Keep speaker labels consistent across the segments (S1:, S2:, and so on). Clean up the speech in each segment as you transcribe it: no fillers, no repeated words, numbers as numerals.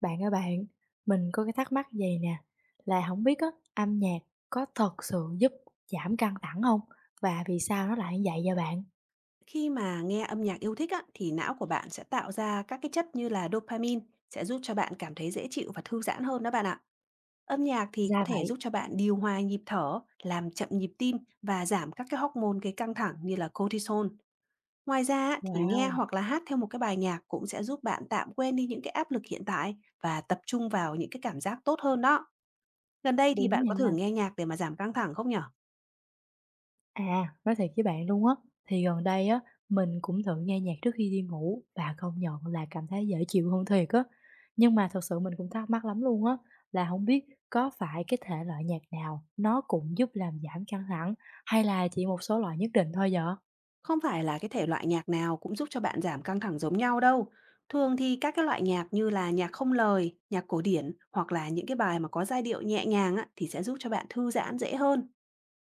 S1: Bạn ơi bạn, mình có cái thắc mắc gì nè, là không biết á, âm nhạc có thật sự giúp giảm căng thẳng không? Và vì sao nó lại như vậy vậy bạn?
S2: Khi mà nghe âm nhạc yêu thích á, thì não của bạn sẽ tạo ra các cái chất như là dopamine sẽ giúp cho bạn cảm thấy dễ chịu và thư giãn hơn đó bạn ạ. Âm nhạc thì có
S1: Ra
S2: thể
S1: vậy.
S2: giúp cho bạn điều hòa nhịp thở, làm chậm nhịp tim và giảm các cái hormone gây căng thẳng như là cortisol. Ngoài ra á, thì nghe
S1: Wow!
S2: hoặc là hát theo một cái bài nhạc cũng sẽ giúp bạn tạm quên đi những cái áp lực hiện tại và tập trung vào những cái cảm giác tốt hơn đó. Gần đây thì
S1: Đúng
S2: bạn có
S1: nha.
S2: thử nghe nhạc để mà giảm căng thẳng không nhở?
S1: À, nói thiệt với bạn luôn á, thì gần đây á, mình cũng thử nghe nhạc trước khi đi ngủ và công nhận là cảm thấy dễ chịu hơn thiệt á. Nhưng mà thật sự mình cũng thắc mắc lắm luôn á, là không biết có phải cái thể loại nhạc nào nó cũng giúp làm giảm căng thẳng hay là chỉ một số loại nhất định thôi vậy?
S2: Không phải là cái thể loại nhạc nào cũng giúp cho bạn giảm căng thẳng giống nhau đâu. Thường thì các cái loại nhạc như là nhạc không lời, nhạc cổ điển hoặc là những cái bài mà có giai điệu nhẹ nhàng á, thì sẽ giúp cho bạn thư giãn dễ hơn.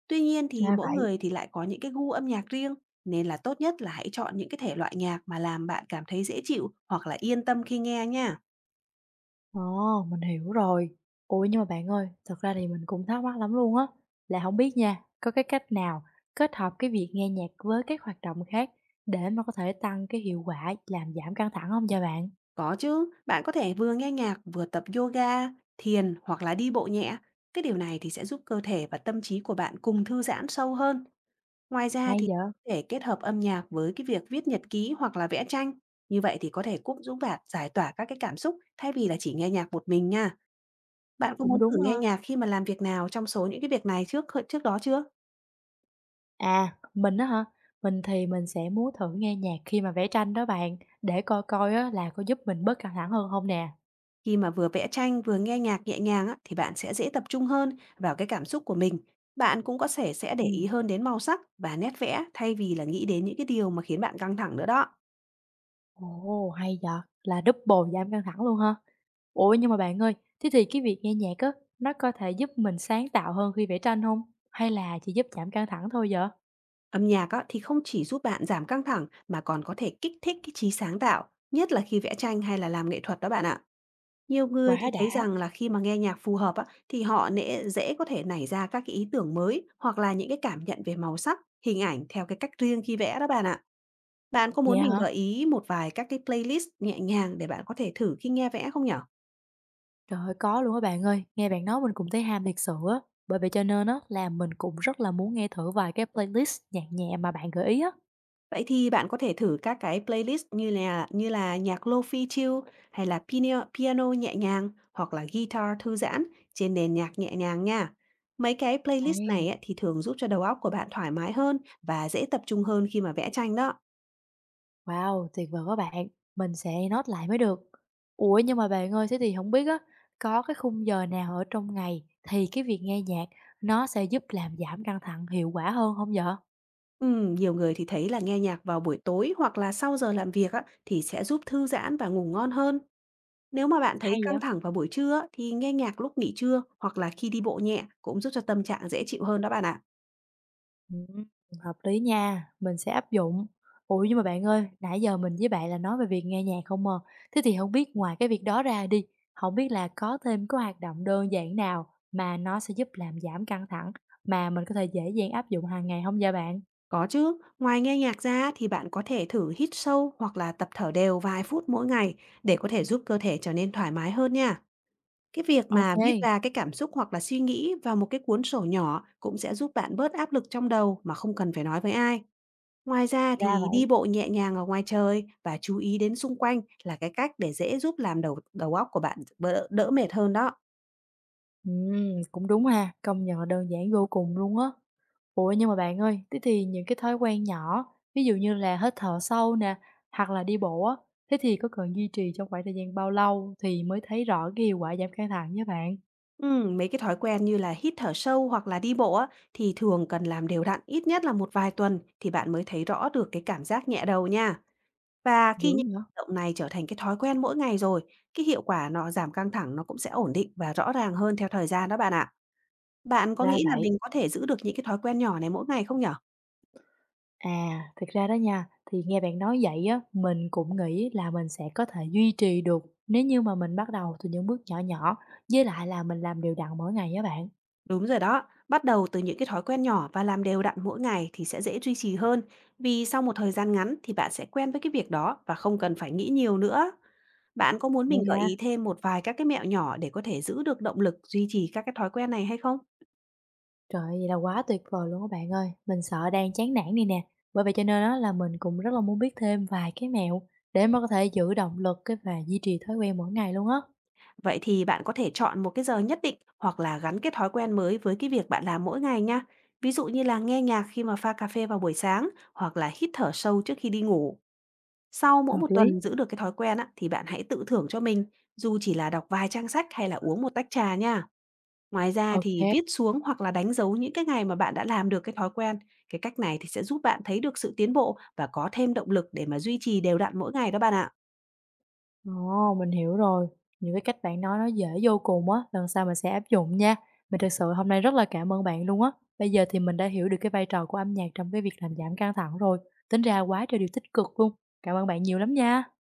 S2: Tuy nhiên thì
S1: Ra
S2: mỗi
S1: vậy.
S2: người thì lại có những cái gu âm nhạc riêng, nên là tốt nhất là hãy chọn những cái thể loại nhạc mà làm bạn cảm thấy dễ chịu hoặc là yên tâm khi nghe nha.
S1: Ồ, mình hiểu rồi. Ủa nhưng mà bạn ơi, thật ra thì mình cũng thắc mắc lắm luôn á, là không biết nha, có cái cách nào kết hợp cái việc nghe nhạc với các hoạt động khác để mà có thể tăng cái hiệu quả làm giảm căng thẳng không vậy bạn?
S2: Có chứ, bạn có thể vừa nghe nhạc vừa tập yoga, thiền hoặc là đi bộ nhẹ. Cái điều này thì sẽ giúp cơ thể và tâm trí của bạn cùng thư giãn sâu hơn. Ngoài ra
S1: Hay
S2: thì
S1: vậy?
S2: để kết hợp âm nhạc với cái việc viết nhật ký hoặc là vẽ tranh, như vậy thì có thể cũng giúp bạn giải tỏa các cái cảm xúc thay vì là chỉ nghe nhạc một mình nha. Bạn có
S1: Cũng
S2: muốn thử
S1: đúng
S2: nghe
S1: ha.
S2: nhạc khi mà làm việc nào trong số những cái việc này trước trước đó chưa?
S1: À, mình á hả? Mình sẽ muốn thử nghe nhạc khi mà vẽ tranh đó bạn, để coi coi á là có giúp mình bớt căng thẳng hơn không nè.
S2: Khi mà vừa vẽ tranh vừa nghe nhạc nhẹ nhàng á, thì bạn sẽ dễ tập trung hơn vào cái cảm xúc của mình. Bạn cũng có thể sẽ để
S1: Ừm.
S2: ý hơn đến màu sắc và nét vẽ thay vì là nghĩ đến những cái điều mà khiến bạn căng thẳng nữa đó.
S1: Ồ, hay vậy! Là double giảm căng thẳng luôn ha? Ủa, nhưng mà bạn ơi, thế thì cái việc nghe nhạc á, nó có thể giúp mình sáng tạo hơn khi vẽ tranh không? Hay là chỉ giúp giảm căng thẳng thôi vậy?
S2: Âm nhạc á, thì không chỉ giúp bạn giảm căng thẳng mà còn có thể kích thích cái trí sáng tạo, nhất là khi vẽ tranh hay là làm nghệ thuật đó bạn ạ. Nhiều người
S1: Quá
S2: thì
S1: đã!
S2: thấy rằng là khi mà nghe nhạc phù hợp á, thì họ dễ có thể nảy ra các cái ý tưởng mới hoặc là những cái cảm nhận về màu sắc, hình ảnh theo cái cách riêng khi vẽ đó bạn ạ. Bạn có
S1: Vậy
S2: muốn mình
S1: hả?
S2: gợi ý một vài các cái playlist nhẹ nhàng để bạn có thể thử khi nghe vẽ không nhở?
S1: Trời ơi, có luôn á bạn ơi, nghe bạn nói mình cũng thấy ham thiệt sự á. Bởi vậy cho nên á là mình cũng rất là muốn nghe thử vài cái playlist nhạc nhẹ mà bạn gợi ý á.
S2: Vậy thì bạn có thể thử các cái playlist như là nhạc Lo-fi chill hay là piano, piano nhẹ nhàng hoặc là guitar thư giãn trên nền nhạc nhẹ nhàng nha. Mấy cái playlist này
S1: Hay!
S2: ấy, thì thường giúp cho đầu óc của bạn thoải mái hơn và dễ tập trung hơn khi mà vẽ tranh đó.
S1: Wow, tuyệt vời quá bạn, mình sẽ note lại mới được. Ủa nhưng mà bạn ơi, thế thì không biết á, có cái khung giờ nào ở trong ngày thì cái việc nghe nhạc nó sẽ giúp làm giảm căng thẳng hiệu quả hơn không vậy?
S2: Nhiều người thì thấy là nghe nhạc vào buổi tối hoặc là sau giờ làm việc á, thì sẽ giúp thư giãn và ngủ ngon hơn. Nếu mà bạn thấy
S1: Hay vậy?
S2: căng thẳng vào buổi trưa á, thì nghe nhạc lúc nghỉ trưa hoặc là khi đi bộ nhẹ cũng giúp cho tâm trạng dễ chịu hơn đó bạn ạ.
S1: Ừm, hợp lý nha, mình sẽ áp dụng. Ủa nhưng mà bạn ơi, nãy giờ mình với bạn là nói về việc nghe nhạc không à, thế thì không biết ngoài cái việc đó ra đi, không biết là có thêm cái hoạt động đơn giản nào mà nó sẽ giúp làm giảm căng thẳng mà mình có thể dễ dàng áp dụng hàng ngày không vậy bạn?
S2: Có chứ, ngoài nghe nhạc ra thì bạn có thể thử hít sâu hoặc là tập thở đều vài phút mỗi ngày để có thể giúp cơ thể trở nên thoải mái hơn nha. Cái việc
S1: Ok,
S2: mà viết ra cái cảm xúc hoặc là suy nghĩ vào một cái cuốn sổ nhỏ cũng sẽ giúp bạn bớt áp lực trong đầu mà không cần phải nói với ai. Ngoài ra
S1: ra
S2: thì
S1: vậy.
S2: đi bộ nhẹ nhàng ở ngoài trời và chú ý đến xung quanh là cái cách để dễ giúp làm đầu đầu óc của bạn đỡ mệt hơn đó.
S1: Cũng đúng ha, công nhận là đơn giản vô cùng luôn á. Ủa, nhưng mà bạn ơi, thế thì những cái thói quen nhỏ, ví dụ như là hít thở sâu nè, hoặc là đi bộ á, thế thì có cần duy trì trong khoảng thời gian bao lâu thì mới thấy rõ cái hiệu quả giảm căng thẳng nhé bạn?
S2: Mấy cái thói quen như là hít thở sâu hoặc là đi bộ á, thì thường cần làm đều đặn ít nhất là một vài tuần thì bạn mới thấy rõ được cái cảm giác nhẹ đầu nha. Và khi
S1: Dữ
S2: những
S1: nữa.
S2: hoạt động này trở thành cái thói quen mỗi ngày rồi, cái hiệu quả nó giảm căng thẳng nó cũng sẽ ổn định và rõ ràng hơn theo thời gian đó bạn ạ. Bạn có
S1: Ra
S2: nghĩ là
S1: vậy.
S2: mình có thể giữ được những cái thói quen nhỏ này mỗi ngày không nhở?
S1: À, thực ra đó nha, thì nghe bạn nói vậy á, mình cũng nghĩ là mình sẽ có thể duy trì được nếu như mà mình bắt đầu từ những bước nhỏ nhỏ, với lại là mình làm đều đặn mỗi ngày á bạn.
S2: Đúng rồi đó, bắt đầu từ những cái thói quen nhỏ và làm đều đặn mỗi ngày thì sẽ dễ duy trì hơn, vì sau một thời gian ngắn thì bạn sẽ quen với cái việc đó và không cần phải nghĩ nhiều nữa. Bạn có muốn mình
S1: Hay
S2: gợi
S1: ha.
S2: ý thêm một vài các cái mẹo nhỏ để có thể giữ được động lực duy trì các cái thói quen này hay không?
S1: Trời ơi, vậy là quá tuyệt vời luôn các bạn ơi. Mình sợ đang chán nản này nè. Bởi vậy cho nên á là mình cũng rất là muốn biết thêm vài cái mẹo để mà có thể giữ động lực cái và duy trì thói quen mỗi ngày luôn á.
S2: Vậy thì bạn có thể chọn một cái giờ nhất định hoặc là gắn cái thói quen mới với cái việc bạn làm mỗi ngày nha. Ví dụ như là nghe nhạc khi mà pha cà phê vào buổi sáng hoặc là hít thở sâu trước khi đi ngủ. Sau mỗi
S1: Hợp
S2: một
S1: lý.
S2: tuần giữ được cái thói quen á, thì bạn hãy tự thưởng cho mình, dù chỉ là đọc vài trang sách hay là uống một tách trà nha. Ngoài ra thì
S1: Ok.
S2: viết xuống hoặc là đánh dấu những cái ngày mà bạn đã làm được cái thói quen. Cái cách này thì sẽ giúp bạn thấy được sự tiến bộ và có thêm động lực để mà duy trì đều đặn mỗi ngày đó bạn ạ.
S1: Ồ, mình hiểu rồi. Những cái cách bạn nói nó dễ vô cùng á, lần sau mình sẽ áp dụng nha. Mình thực sự hôm nay rất là cảm ơn bạn luôn á. Bây giờ thì mình đã hiểu được cái vai trò của âm nhạc trong cái việc làm giảm căng thẳng rồi. Tính ra quá trời điều tích cực luôn. Cảm ơn bạn nhiều lắm nha.